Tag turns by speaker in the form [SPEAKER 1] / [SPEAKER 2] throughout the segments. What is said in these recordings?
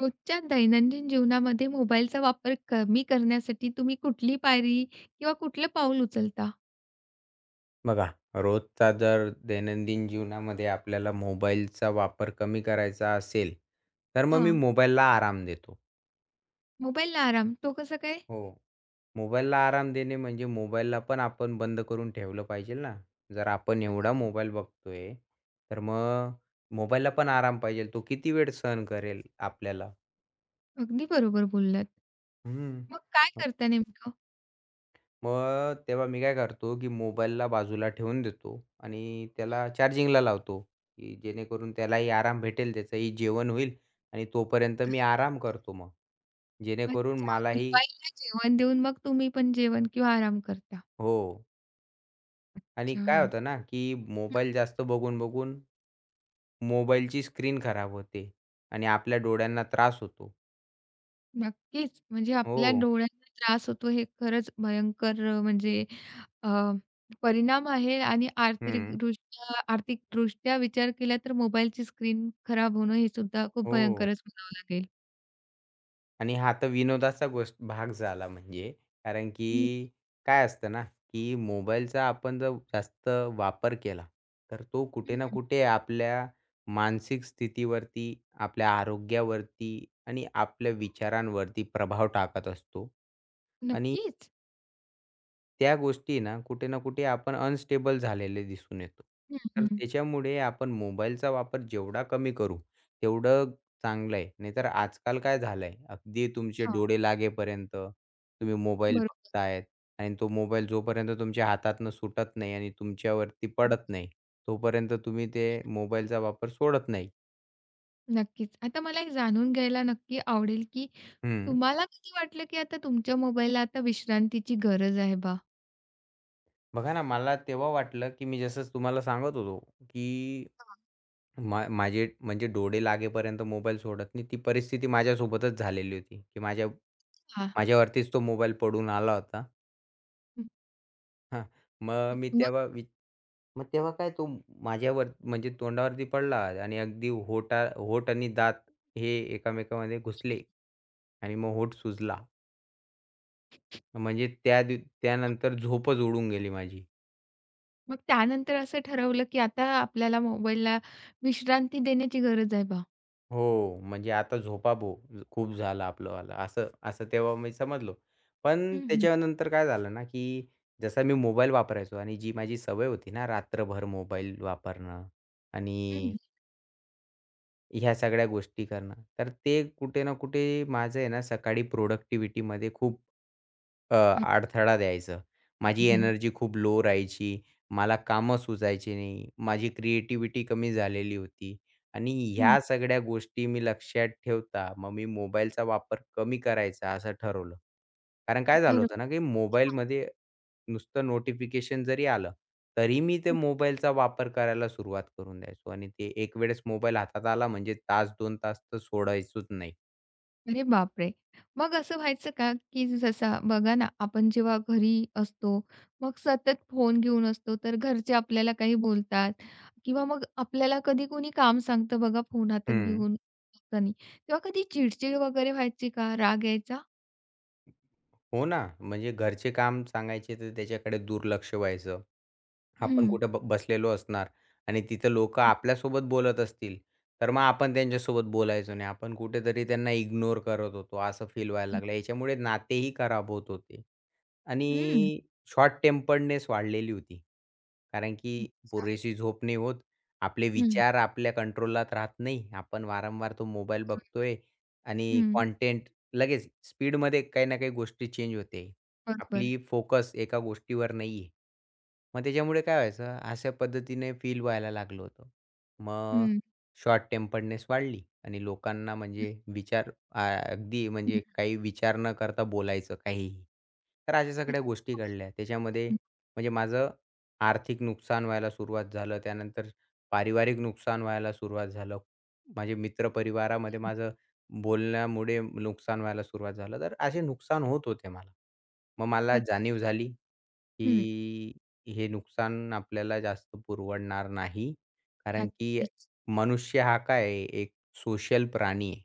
[SPEAKER 1] रोजच्या दैनंदिन जीवनामध्ये मोबाईलचा वापर कमी करण्यासाठी तुम्ही कुठली पायरी किंवा कुठलं पाऊल उचलता?
[SPEAKER 2] बघा, रोजचा जर दैनंदिन जीवनामध्ये आपल्याला मोबाईलचा वापर कमी करायचा असेल, तर मग मी
[SPEAKER 1] हां,
[SPEAKER 2] मोबाईलला आराम देतो.
[SPEAKER 1] मोबाईलला आराम. तो कसा काय?
[SPEAKER 2] हो, मोबाईलला आराम देणे म्हणजे मोबाईलला पण आपण बंद करून ठेवलं पाहिजे ना. जर आपण एवढा मोबाईल बघतोय, तर मग मोबाईलला पण आराम पाहिजे. तो किती वेळ सहन करेल आपल्याला?
[SPEAKER 1] अगदी बरोबर बोललात.
[SPEAKER 2] हं.
[SPEAKER 1] मग काय करता नेमकं?
[SPEAKER 2] मग तेव्हा मी काय करतो, की मोबाईलला बाजूला ठेवून देतो आणि त्याला चार्जिंगला लावतो, की जेणेकरून त्यालाही आराम भेटेल, त्याचंही जेवण होईल आणि तोपर्यंत मी आराम करतो मग. जेणेकरून
[SPEAKER 1] अच्छा,
[SPEAKER 2] मलाही
[SPEAKER 1] मोबाईलला जेवण देऊन मग तुम्ही पण जेवण किंवा आराम करता.
[SPEAKER 2] हो. आणि काय
[SPEAKER 1] अच्छा.
[SPEAKER 2] होतं ना, की मोबाईल जास्त बघून-बघून मोबाईलची स्क्रीन खराब होते आणि आपल्या डोळ्यांना त्रास होतो.
[SPEAKER 1] नक्कीच. म्हणजे
[SPEAKER 2] हो.
[SPEAKER 1] आपल्या डोळ्यांना त्रास होतो हे खरंच भयंकर म्हणजे अ, परिणाम आहे आणि
[SPEAKER 2] हं.
[SPEAKER 1] आर्थिकदृष्ट्या आर्थिकदृष्ट्या विचार केला तर मोबाईलची स्क्रीन खराब होणं हे सुद्धा खूप
[SPEAKER 2] हो.
[SPEAKER 1] भयंकरच म्हणावं लागेल.
[SPEAKER 2] आणि हा तर विनोदाचा गोष्ट भाग झाला म्हणजे. कारण की
[SPEAKER 1] हं,
[SPEAKER 2] काय असतं ना, की मोबाईलचा आपण जर जास्त वापर केला, तर तो कुठे ना
[SPEAKER 1] हं.
[SPEAKER 2] कुठे आपल्या मानसिक स्थितीवरती, आपल्या आरोग्यावरती आणि आपल्या विचारांवरती प्रभाव टाकत असतो. आणि
[SPEAKER 1] नक्कीच.
[SPEAKER 2] त्या गोष्टी ना, कुठे ना कुठे आपण अनस्टेबल झालेले दिसून येतो.
[SPEAKER 1] हं,
[SPEAKER 2] तर
[SPEAKER 1] हं.
[SPEAKER 2] त्याच्यामुळे आपण मोबाईलचा वापर जेवढा कमी करू, तेवढं चांगलं आहे. नाहीतर आजकाल काय झालंय, अगदी तुमचे
[SPEAKER 1] हां.
[SPEAKER 2] डोळे लागेपर्यंत तुम्ही मोबाईल
[SPEAKER 1] बरोबर.
[SPEAKER 2] बघतायत आणि तो मोबाईल जोपर्यंत तुमच्या हातातनं सुटत नाही आणि तुमच्यावरती पडत नाही, तोपर्यंत तुम्ही ते मोबाईलचा वापर सोडत नाही.
[SPEAKER 1] नक्कीच. आता मला हे जाणून घ्यायला नक्की आवडेल, की
[SPEAKER 2] हं.
[SPEAKER 1] तुम्हाला कधी वाटलं, की आता तुमच्या मोबाईलला आता विश्रांतीची गरज आहे बा?
[SPEAKER 2] बघा ना, मला तेव्हा वाटलं, की मी जसं तुम्हाला सांगत होतो, की
[SPEAKER 1] हां.
[SPEAKER 2] माझे म्हणजे डोळे लागेपर्यंत मोबाईल सोडत नाही. ती परिस्थिती माझ्यासोबतच झालेली होती, की
[SPEAKER 1] हां.
[SPEAKER 2] माझ्यावरतीच तो मोबाईल पडून आला होता. हां, मग मी
[SPEAKER 1] मग
[SPEAKER 2] तेव्हा वि मग तेव्हा काय तो माझ्यावर म्हणजे तोंडावरती पडला आणि अगदी होठ आणि दात हे एकामेकांमध्ये घुसले आणि मग होठ सुजला. म्हणजे त्या दि त्यानंतर झोपच उडून गेली माझी.
[SPEAKER 1] मग त्यानंतर असं ठरवलं, की आता आपल्याला मोबाईलला विश्रांती देण्याची गरज आहे बा?
[SPEAKER 2] हो, म्हणजे आता खूप झालं आपलंवालं असं असं तेव्हा मी समजलो. पण
[SPEAKER 1] हं, हं.
[SPEAKER 2] त्याच्यानंतर काय झालं ना, की जसा मी मोबाईल वापरायचो आणि जी माझी सवय होती ना रात्रभर मोबाईल वापरणं
[SPEAKER 1] हं,
[SPEAKER 2] आणि
[SPEAKER 1] हं.
[SPEAKER 2] ह्या सगळ्या गोष्टी करणं. तर ते कुठे ना कुठे माझं आहे ना सकाळी प्रोडक्टिव्हिटीमध्ये खूप अ,
[SPEAKER 1] अच्छा.
[SPEAKER 2] अडथळा द्यायचं. माझी
[SPEAKER 1] हं, हं.
[SPEAKER 2] एनर्जी खूप लो राहायची. मला कामं सुचायची नाही. माझी क्रिएटिव्हिटी कमी झालेली होती आणि
[SPEAKER 1] हं.
[SPEAKER 2] ह्या सगळ्या गोष्टी मी लक्षात ठेवता मग मी मोबाईलचा वापर कमी करायचा असं ठरवलं. कारण काय झालं
[SPEAKER 1] ठरव
[SPEAKER 2] होतं ना, की मोबाईलमध्ये नुसतं नोटिफिकेशन जरी आलं, तरी मी ते मोबाईलचा वापर करायला सुरुवात करून द्यायचो आणि ते एक वेळेस मोबाईल हातात आला म्हणजे तास 2 तास तर सोडायचोच नाही.
[SPEAKER 1] अरे बापरे! मग असं व्हायचं का, की जसा बघा ना, आपण जेव्हा घरी असतो, मग सतत फोन घेऊन असतो, तर घरचे आपल्याला काही बोलतात किंवा मग आपल्याला कधी कोणी काम सांगतं बघा फोन हातात
[SPEAKER 2] हं.
[SPEAKER 1] घेऊन असताना, तेव्हा कधी चिडचिड वगैरे व्हायची का? राग यायचा?
[SPEAKER 2] हो ना, म्हणजे घरचे काम सांगायचे तर त्याच्याकडे दुर्लक्ष व्हायचं. आपण
[SPEAKER 1] हं,
[SPEAKER 2] कुठे बसलेलो असणार आणि तिथं लोकं आपल्यासोबत बोलत असतील, तर मग आपण त्यांच्यासोबत बोलायचो नाही. आपण कुठेतरी त्यांना इग्नोर करत होतो, असं फील व्हायला लागलं. याच्यामुळे नातेही खराब होत होते
[SPEAKER 1] हं.
[SPEAKER 2] आणि शॉर्ट टेम्पर्डनेस वाढलेली होती. कारण की
[SPEAKER 1] अच्छा.
[SPEAKER 2] पुरेशी झोप नाही होत. आपले
[SPEAKER 1] हं,
[SPEAKER 2] विचार आपल्या कंट्रोलात राहत नाही. आपण वारंवार तो मोबाईल बघतोय आणि
[SPEAKER 1] हं.
[SPEAKER 2] कंटेंट लगेच स्पीडमध्ये काही ना काही गोष्टी चेंज होते.
[SPEAKER 1] बरोबर.
[SPEAKER 2] आपली फोकस एका गोष्टीवर नाही आहे. मग त्याच्यामुळे काय व्हायचं, अशा पद्धतीने फील व्हायला लागलं होतं. मग
[SPEAKER 1] हं.
[SPEAKER 2] शॉर्ट टेम्पर्डनेस वाढली आणि लोकांना म्हणजे अगदी म्हणजे काही विचार न करता बोलायचं काहीही. तर अशा सगळ्या
[SPEAKER 1] अच्छा.
[SPEAKER 2] गोष्टी घडल्या. त्याच्यामध्ये म्हणजे माझं आर्थिक नुकसान व्हायला सुरुवात झालं. त्यानंतर पारिवारिक नुकसान व्हायला सुरुवात झालं. माझे मित्रपरिवारामध्ये माझं बोलण्यामुळे नुकसान व्हायला सुरुवात झालं. तर असे नुकसान होत होते मला. मग मला
[SPEAKER 1] अच्छा.
[SPEAKER 2] जाणीव झाली,
[SPEAKER 1] हं.
[SPEAKER 2] की हे नुकसान आपल्याला जास्त पुरवडणार नाही. कारण की
[SPEAKER 1] नक्कीच.
[SPEAKER 2] मनुष्य हा काय एक सोशल प्राणी आहे.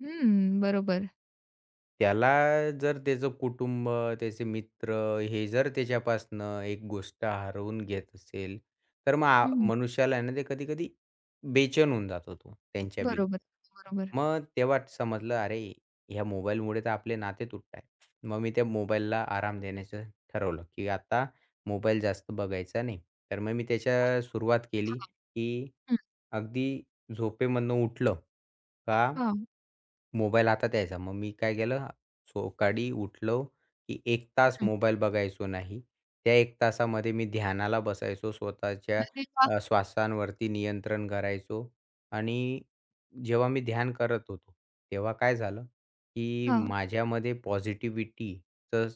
[SPEAKER 1] हं. बरोबर.
[SPEAKER 2] त्याला जर त्याचं कुटुंब, त्याचे मित्र हे जर त्याच्यापासनं एक गोष्ट हरवून घेत असेल, तर मग
[SPEAKER 1] हं.
[SPEAKER 2] मनुष्याला आहे ना, ते कधी-कधी बेचैन होऊन जातो तो त्यांच्या बिगर.
[SPEAKER 1] बरोबर, बरोबर.
[SPEAKER 2] मग तेव्हा समजलं, "अरे, ह्या मोबाईलमुळे तर आपले नाते तुटताय." मग मी त्या मोबाईलला आराम देण्याचं ठरवलं, की आता मोबाईल जास्त बघायचा नाही. तर मग मी
[SPEAKER 1] मग
[SPEAKER 2] त्याच्या सुरुवात केली,
[SPEAKER 1] हां.
[SPEAKER 2] की
[SPEAKER 1] हं.
[SPEAKER 2] अगदी झोपेमधनं उठलं का
[SPEAKER 1] हां.
[SPEAKER 2] मोबाईल आता यायचा. मग मी काय केलं, सकाळी उठलो, की 1 तास मोबाईल बघायचो नाही. त्या 1 तासामध्ये मी ध्यानाला बसायचो.
[SPEAKER 1] अरे वाह!
[SPEAKER 2] श्वासांवरती नियंत्रण करायचो आणि जेव्हा मी ध्यान करत होतो, तेव्हा काय झालं, की
[SPEAKER 1] हां.
[SPEAKER 2] माझ्यामध्ये पॉझिटिव्हिटीचं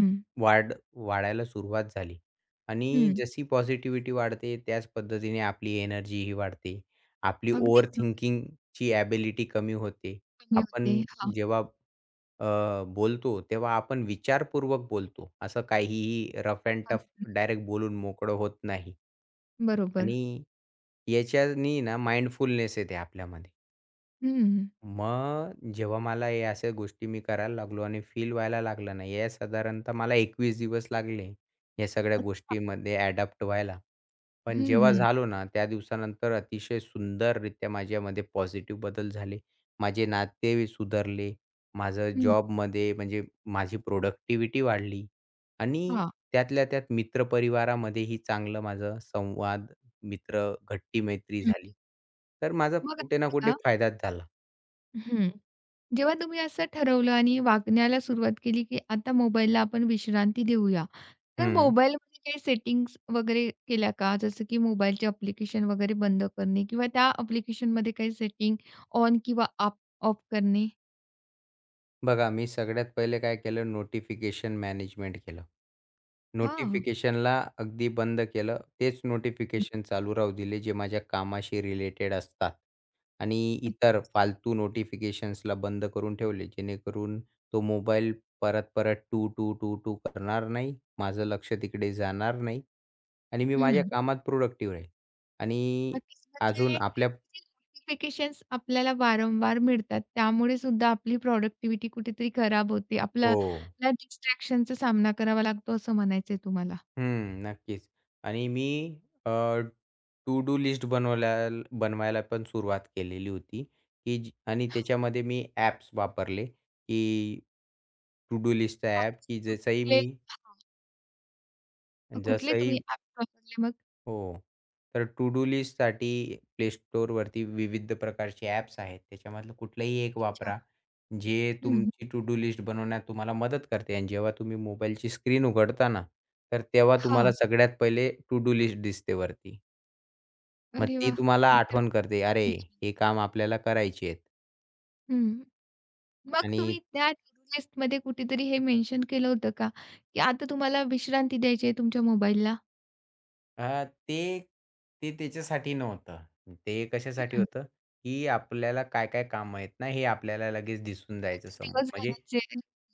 [SPEAKER 1] हं.
[SPEAKER 2] वाढ वाढायला सुरुवात झाली आणि
[SPEAKER 1] हं.
[SPEAKER 2] जशी पॉझिटिव्हिटी वाढते त्याच पद्धतीने आपली एनर्जी ही वाढते. आपली
[SPEAKER 1] अगदी
[SPEAKER 2] ओव्हर
[SPEAKER 1] म्हणून
[SPEAKER 2] थिंकिंगची एबिलिटी कमी होते.
[SPEAKER 1] कमी होते.
[SPEAKER 2] आपण
[SPEAKER 1] हां.
[SPEAKER 2] जेव्हा अ, बोलतो तेव्हा आपण विचारपूर्वक बोलतो. असं काहीही rough and
[SPEAKER 1] uh
[SPEAKER 2] tough direct बोलून मोकळं होत नाही.
[SPEAKER 1] बरोबर.
[SPEAKER 2] आणि याच्यानी ना माइंडफुलनेस येते आपल्यामध्ये.
[SPEAKER 1] हं.
[SPEAKER 2] मग जेव्हा मला हे अशा गोष्टी मी करायला लागलो आणि फील व्हायला लागलं ना, हे साधारणतः मला 21 दिवस लागले, या सगळ्या
[SPEAKER 1] अच्छा.
[SPEAKER 2] गोष्टीमध्ये अडॅप्ट व्हायला. पण
[SPEAKER 1] हं,
[SPEAKER 2] जेव्हा
[SPEAKER 1] हं.
[SPEAKER 2] झालो ना, त्या दिवसानंतर अतिशय सुंदररित्या माझ्यामध्ये पॉझिटिव्ह बदल झाले. माझे नाते सुधारले. माझं
[SPEAKER 1] हं.
[SPEAKER 2] जॉबमध्ये म्हणजे माझी प्रॉडक्टिव्हिटी वाढली आणि
[SPEAKER 1] हां.
[SPEAKER 2] त्यातल्या त्यात मित्रपरिवारामध्येही चांगलं माझं संवाद, मित्र, घट्टी मैत्री
[SPEAKER 1] हं.
[SPEAKER 2] झाली. तर माझा
[SPEAKER 1] मग आता
[SPEAKER 2] कुठे ना कुठे
[SPEAKER 1] बघा
[SPEAKER 2] फायदाच झाला.
[SPEAKER 1] हं. जेव्हा तुम्ही असं ठरवलं आणि वागण्याला सुरुवात केली, की आता मोबाईलला आपण विश्रांती देऊया. तर
[SPEAKER 2] हं.
[SPEAKER 1] मोबाईलमध्ये काही सेटिंग्ज वगैरे केल्या का? जसं की मोबाईलचे ॲप्लिकेशन वगैरे बंद करणे किंवा त्या ॲप्लिकेशनमध्ये काही सेटिंग ऑन किंवा ऑफ करणे?
[SPEAKER 2] बघा, मी सगळ्यात पहिले काय केलं नोटिफिकेशन मॅनेजमेंट केलं.
[SPEAKER 1] हां.
[SPEAKER 2] नोटिफिकेशनला अगदी बंद केलं. तेच नोटिफिकेशन चालू राहू दिले जे माझ्या कामाशी रिलेटेड असतात आणि इतर फालतू नोटिफिकेशन्सला बंद करून ठेवले. जेणेकरून तो मोबाईल परत-परत टू, टू, टू, टू करणार नाही. माझं लक्ष तिकडे जाणार नाही आणि मी माझ्या
[SPEAKER 1] हं.
[SPEAKER 2] कामात प्रोडक्टिव्ह राहील आणि
[SPEAKER 1] नक्कीच.
[SPEAKER 2] अजून
[SPEAKER 1] म्हणजे
[SPEAKER 2] आपल्या
[SPEAKER 1] जे नोटिफिकेशन्स आपल्याला वारंवार मिळतात, त्यामुळे सुद्धा आपली प्रॉडक्टिव्हिटी कुठेतरी खराब होते.
[SPEAKER 2] हो.
[SPEAKER 1] आपल्याला डिस्ट्रॅक्शनचा सामना करावा लागतो असं म्हणायचंय तुम्हाला.
[SPEAKER 2] हं, नक्कीच. आणि अ, टू डू लिस्ट बनवायला पण सुरुवात केलेली होती, की जी आणि त्याच्यामध्ये मी ॲप्स वापरले, की टू डू लिस्टचा ॲप, की
[SPEAKER 1] ऑफिसचे कुठले हां, कुठले तुम्ही
[SPEAKER 2] जसंही
[SPEAKER 1] ॲप्स वापरले मग?
[SPEAKER 2] हो. तर टू डू लिस्टसाठी प्ले स्टोरवरती विविध प्रकारचे ॲप्स आहेत. त्याच्यामधलं कुठलंही एक वापरा,
[SPEAKER 1] अच्छा.
[SPEAKER 2] जे
[SPEAKER 1] हं.
[SPEAKER 2] तुमची टू डू लिस्ट बनवण्यात तुम्हाला मदत करते आणि जेव्हा तुम्ही मोबाईलची स्क्रीन उघडता ना, तर तेव्हा तुम्हाला
[SPEAKER 1] हां.
[SPEAKER 2] सगळ्यात पहिले टू डू लिस्ट दिसते वरती. मग
[SPEAKER 1] अरे
[SPEAKER 2] ती
[SPEAKER 1] वाह!
[SPEAKER 2] तुम्हाला
[SPEAKER 1] मग तर
[SPEAKER 2] आठवण करते, "अरे, हे काम आपल्याला करायची आहेत."
[SPEAKER 1] हं. मग
[SPEAKER 2] आणि
[SPEAKER 1] तुम्ही त्या टू डू लिस्टमध्ये कुठेतरी हे मेन्शन केलं होतं का, की आता तुम्हाला विश्रांती द्यायची आहे तुमच्या मोबाईलला?
[SPEAKER 2] अ, ते ते त्याच्यासाठी नव्हतं. ते कशासाठी
[SPEAKER 1] हं.
[SPEAKER 2] होतं, की आपल्याला काय-काय कामं आहेत ना, हे आपल्याला लगेच दिसून जायचं समोर. म्हणजे
[SPEAKER 1] दिवसभराचे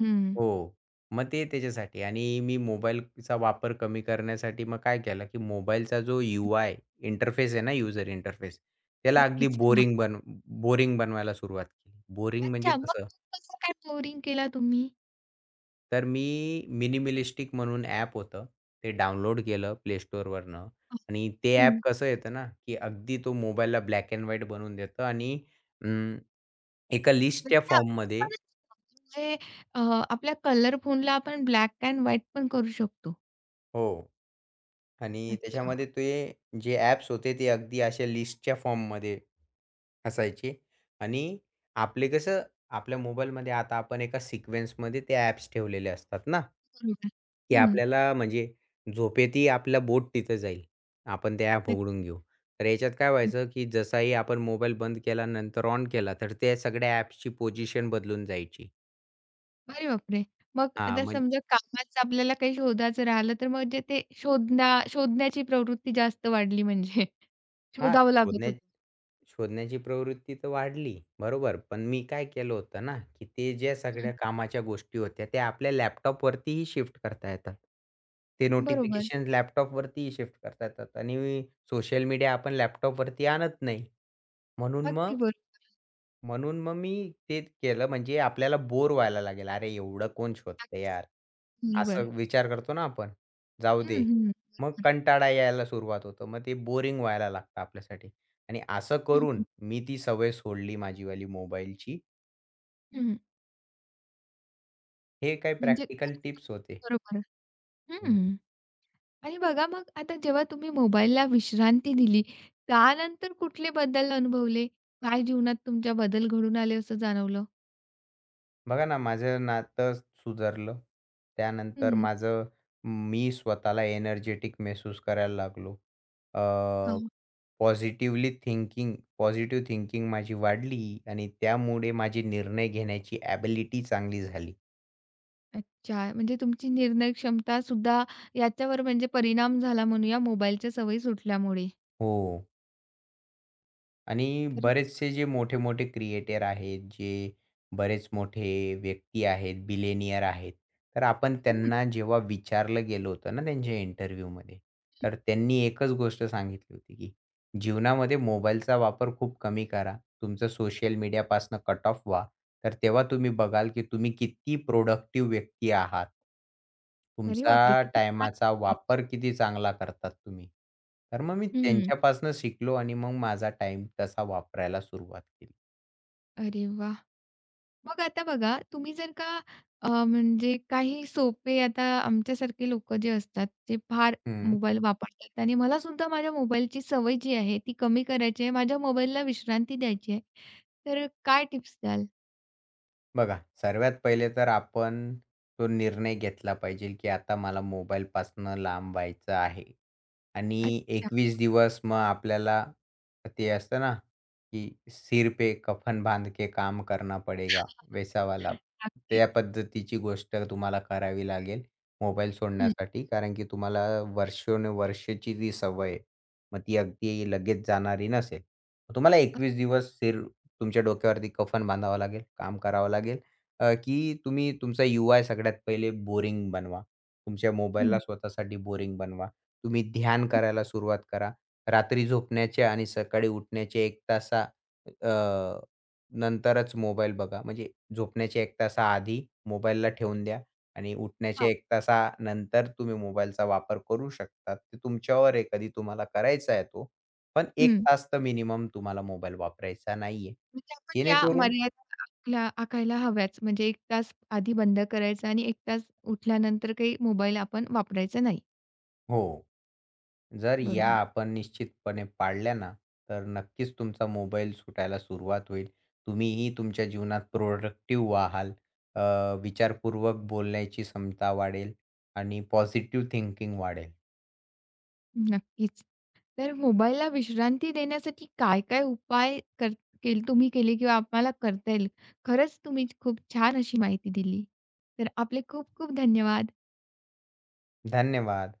[SPEAKER 1] हं.
[SPEAKER 2] हो. मग ते त्याच्यासाठी आणि मी मोबाईलचा वापर कमी करण्यासाठी मग काय केलं, की मोबाईलचा जो यूआय इंटरफेस आहे ना, युजर इंटरफेस त्याला अगदी
[SPEAKER 1] नक्कीच.
[SPEAKER 2] बोरिंग बनवायला सुरुवात केली. बोरिंग म्हणजे
[SPEAKER 1] अच्छा, मग
[SPEAKER 2] कसं
[SPEAKER 1] तो कसं काय फ्लोरिंग केला तुम्ही?
[SPEAKER 2] तर मी मिनिमिलिस्टिक म्हणून ॲप होतं. ते डाउनलोड केलं प्ले स्टोरवरनं
[SPEAKER 1] हं.
[SPEAKER 2] आणि ते ॲप
[SPEAKER 1] हं.
[SPEAKER 2] कसं येतं ना, की अगदी तो मोबाईलला ब्लॅक एंड व्हाईट बनवून देतं आणि अं, एका लिस्टच्या
[SPEAKER 1] म्हणजे असं
[SPEAKER 2] फॉर्ममध्ये
[SPEAKER 1] पण असतं, म्हणजे अ, आपल्या कलर फोनला आपण ब्लॅक अँड व्हाईट पण करू शकतो.
[SPEAKER 2] हो. आणि
[SPEAKER 1] अच्छा,
[SPEAKER 2] त्याच्यामध्ये ते जे ॲप्स होते ते अगदी अशा लिस्टच्या फॉर्ममध्ये असायचे आणि आपले कसं आपल्या मोबाईलमध्ये आता आपण एका सिक्वेन्समध्ये ते ॲप्स ठेवलेले असतात ना,
[SPEAKER 1] बरोबर. बरोबर.
[SPEAKER 2] की
[SPEAKER 1] हं,
[SPEAKER 2] आपल्याला म्हणजे झोपेतही आपला बोट तिथं जाईल. आपण ते ॲप उघडून घेऊ. तर याच्यात काय
[SPEAKER 1] नक्की.
[SPEAKER 2] व्हायचं, की जसाही आपण मोबाईल बंद केला, नंतर ऑन केला, तर त्या सगळ्या ॲप्सची पोझिशन बदलून जायची.
[SPEAKER 1] अरे बापरे! मग
[SPEAKER 2] हां,
[SPEAKER 1] आता
[SPEAKER 2] म्हणजे
[SPEAKER 1] समजा कामाचं आपल्याला काही शोधायचं राहिलं, तर म्हणजे ते शोधण्याची प्रवृत्ती जास्त वाढली म्हणजे.
[SPEAKER 2] हां,
[SPEAKER 1] शोधावं लागत होतं.
[SPEAKER 2] शोधण्याची प्रवृत्ती तर वाढली, बरोबर. पण मी काय केलं होतं ना, की ते ज्या
[SPEAKER 1] हं,
[SPEAKER 2] सगळ्या कामाच्या गोष्टी होत्या, त्या आपल्या लॅपटॉपवरतीही शिफ्ट करता येतात. ते
[SPEAKER 1] बरोबर.
[SPEAKER 2] नोटिफिकेशन लॅपटॉपवरतीही शिफ्ट करता येतात आणि सोशल मीडिया आपण लॅपटॉपवरती आणत नाही. म्हणून
[SPEAKER 1] अगदी
[SPEAKER 2] मग
[SPEAKER 1] बरोबर.
[SPEAKER 2] म्हणून मग मी तेच केलं म्हणजे आपल्याला बोर व्हायला लागेल. अरे, एवढं कोण शोधतंय
[SPEAKER 1] नक्कीच.
[SPEAKER 2] यार?
[SPEAKER 1] बरोबर.
[SPEAKER 2] असं विचार करतो ना आपण. जाऊ
[SPEAKER 1] हं,
[SPEAKER 2] दे.
[SPEAKER 1] हं.
[SPEAKER 2] मग
[SPEAKER 1] बरोबर.
[SPEAKER 2] कंटाळा यायला सुरुवात होतो. मग ते बोरिंग व्हायला लागतं आपल्यासाठी आणि असं
[SPEAKER 1] हं,
[SPEAKER 2] करून
[SPEAKER 1] हं.
[SPEAKER 2] मी ती सवय सोडली माझीवाली मोबाईलची.
[SPEAKER 1] हं.
[SPEAKER 2] हे काही
[SPEAKER 1] म्हणजे
[SPEAKER 2] प्रॅक्टिकल
[SPEAKER 1] खरंच
[SPEAKER 2] टिप्स होते.
[SPEAKER 1] तो बरोबर.
[SPEAKER 2] हं.
[SPEAKER 1] हं. आणि बघा मग आता जेव्हा तुम्ही मोबाईलला विश्रांती दिली, त्यानंतर कुठले बदल अनुभवले? काय जीवनात तुमच्या बदल घडून आले असं जाणवलं?
[SPEAKER 2] बघा ना, माझं नातं सुधारलं. त्यानंतर
[SPEAKER 1] हं,
[SPEAKER 2] माझं मी स्वतःला एनर्जेटिक महसूस करायला लागलो. अ,
[SPEAKER 1] हां.
[SPEAKER 2] पॉझिटिव्हली थिंकिंग पॉझिटिव्ह थिंकिंग माझी वाढली आणि त्यामुळे माझी निर्णय घेण्याची ॲबिलिटी चांगली झाली.
[SPEAKER 1] अच्छा. म्हणजे तुमची निर्णय क्षमतासुद्धा याच्यावर म्हणजे परिणाम झाला म्हणूया मोबाईलच्या सवयी सुटल्यामुळे.
[SPEAKER 2] हो. आणि
[SPEAKER 1] खरंच छान.
[SPEAKER 2] बरेचसे जे मोठे-मोठे क्रिएटर आहेत, जे बरेच मोठे व्यक्ती आहेत, बिलियनियर आहेत. तर आपण
[SPEAKER 1] हं.
[SPEAKER 2] त्यांना जेव्हा विचारलं गेलं होतं ना त्यांच्या इंटरव्ह्यूमध्ये, तर त्यांनी एकच गोष्ट सांगितली होती की जीवनामध्ये मोबाईलचा वापर खूप कमी करा. तुमचं सोशल मीडियापासून कट ऑफ व्हा. तर तेव्हा तुम्ही बघाल, की तुम्ही किती प्रॉडक्टिव्ह व्यक्ती आहात.
[SPEAKER 1] अरे बापरे!
[SPEAKER 2] तुमचा
[SPEAKER 1] किती छान.
[SPEAKER 2] टायमाचा वापर किती चांगला करतात तुम्ही. तर मग मी
[SPEAKER 1] हं.
[SPEAKER 2] त्यांच्यापासून शिकलो आणि मग माझा टाईम तसा वापरायला सुरुवात केली.
[SPEAKER 1] अरे वाह! मग आता बघा, तुम्ही जर का म्हणजे काही सोपे आता आमच्यासारखे लोकं जे असतात, ते फार
[SPEAKER 2] हं.
[SPEAKER 1] मोबाईल वापरतात आणि मला सुद्धा माझ्या मोबाईलची सवय जी आहे, ती कमी करायची आहे. माझ्या मोबाईलला विश्रांती द्यायची आहे. तर काय टिप्स द्याल?
[SPEAKER 2] बघा, सर्वात पहिले तर आपण तो निर्णय घेतला पाहिजे, की आता मला मोबाईलपासनं लांब व्हायचं आहे. आणि
[SPEAKER 1] अच्छा.
[SPEAKER 2] 21 दिवस मग आपल्याला ते असतं ना, की सिर पे कफन बांध के काम करना पडेगा वेसावाला.
[SPEAKER 1] नक्कीच.
[SPEAKER 2] त्या पद्धतीची गोष्ट तुम्हाला करावी लागेल मोबाईल
[SPEAKER 1] हं.
[SPEAKER 2] सोडण्यासाठी कारण की तुम्हाला वर्षानुवर्षाची जी सवय आहे मग ती अगदी लगेच जाणारी नसेल. मग तुम्हाला 21 दिवस तुमच्या डोक्यावरती कफन बांधावं लागेल, काम करावं लागेल, की तुम्ही तुमचा यूआय सगळ्यात पहिले बोरिंग बनवा. तुमच्या मोबाईलला
[SPEAKER 1] हं,
[SPEAKER 2] स्वतःसाठी बोरिंग बनवा. तुम्ही ध्यान
[SPEAKER 1] हं.
[SPEAKER 2] करायला सुरुवात करा. रात्री झोपण्याचे आणि सकाळी उठण्याचे 1 तासा अ, नंतरच मोबाईल बघा. म्हणजे झोपण्याच्या 1 तासाआधी मोबाईलला ठेवून द्या. आणि उठण्याच्या
[SPEAKER 1] हां.
[SPEAKER 2] 1 तासानंतर तुम्ही मोबाईलचा वापर करू शकता. ते तुमच्यावर आहे कधी तुम्हाला करायचा आहे तो. पण 1
[SPEAKER 1] हं.
[SPEAKER 2] तास तर मिनिमम तुम्हाला मोबाईल वापरायचा नाहीये.
[SPEAKER 1] म्हणजे आपण या
[SPEAKER 2] जेणेकरून
[SPEAKER 1] मर्यादा आपल्या आखायला हव्याच. म्हणजे 1 तास आधी बंद करायचा आणि 1 तास उठल्यानंतर काही मोबाईल आपण वापरायचा नाही.
[SPEAKER 2] हो. जर या
[SPEAKER 1] बरोबर.
[SPEAKER 2] आपण निश्चितपणे पाळल्या ना, तर नक्कीच तुमचा मोबाईल सुटायला सुरुवात होईल. तुम्हीही तुमच्या जीवनात प्रोडक्टिव्ह व्हाल. अ, विचारपूर्वक बोलण्याची क्षमता वाढेल आणि पॉझिटिव्ह थिंकिंग वाढेल.
[SPEAKER 1] नक्कीच. तर मोबाईलला विश्रांती देण्यासाठी काय-काय उपाय कर केल तुम्ही केले किंवा आम्हाला करता येईल. खरंच तुम्ही खूप छान अशी माहिती दिली. तर आपले खूप खूप धन्यवाद.
[SPEAKER 2] धन्यवाद.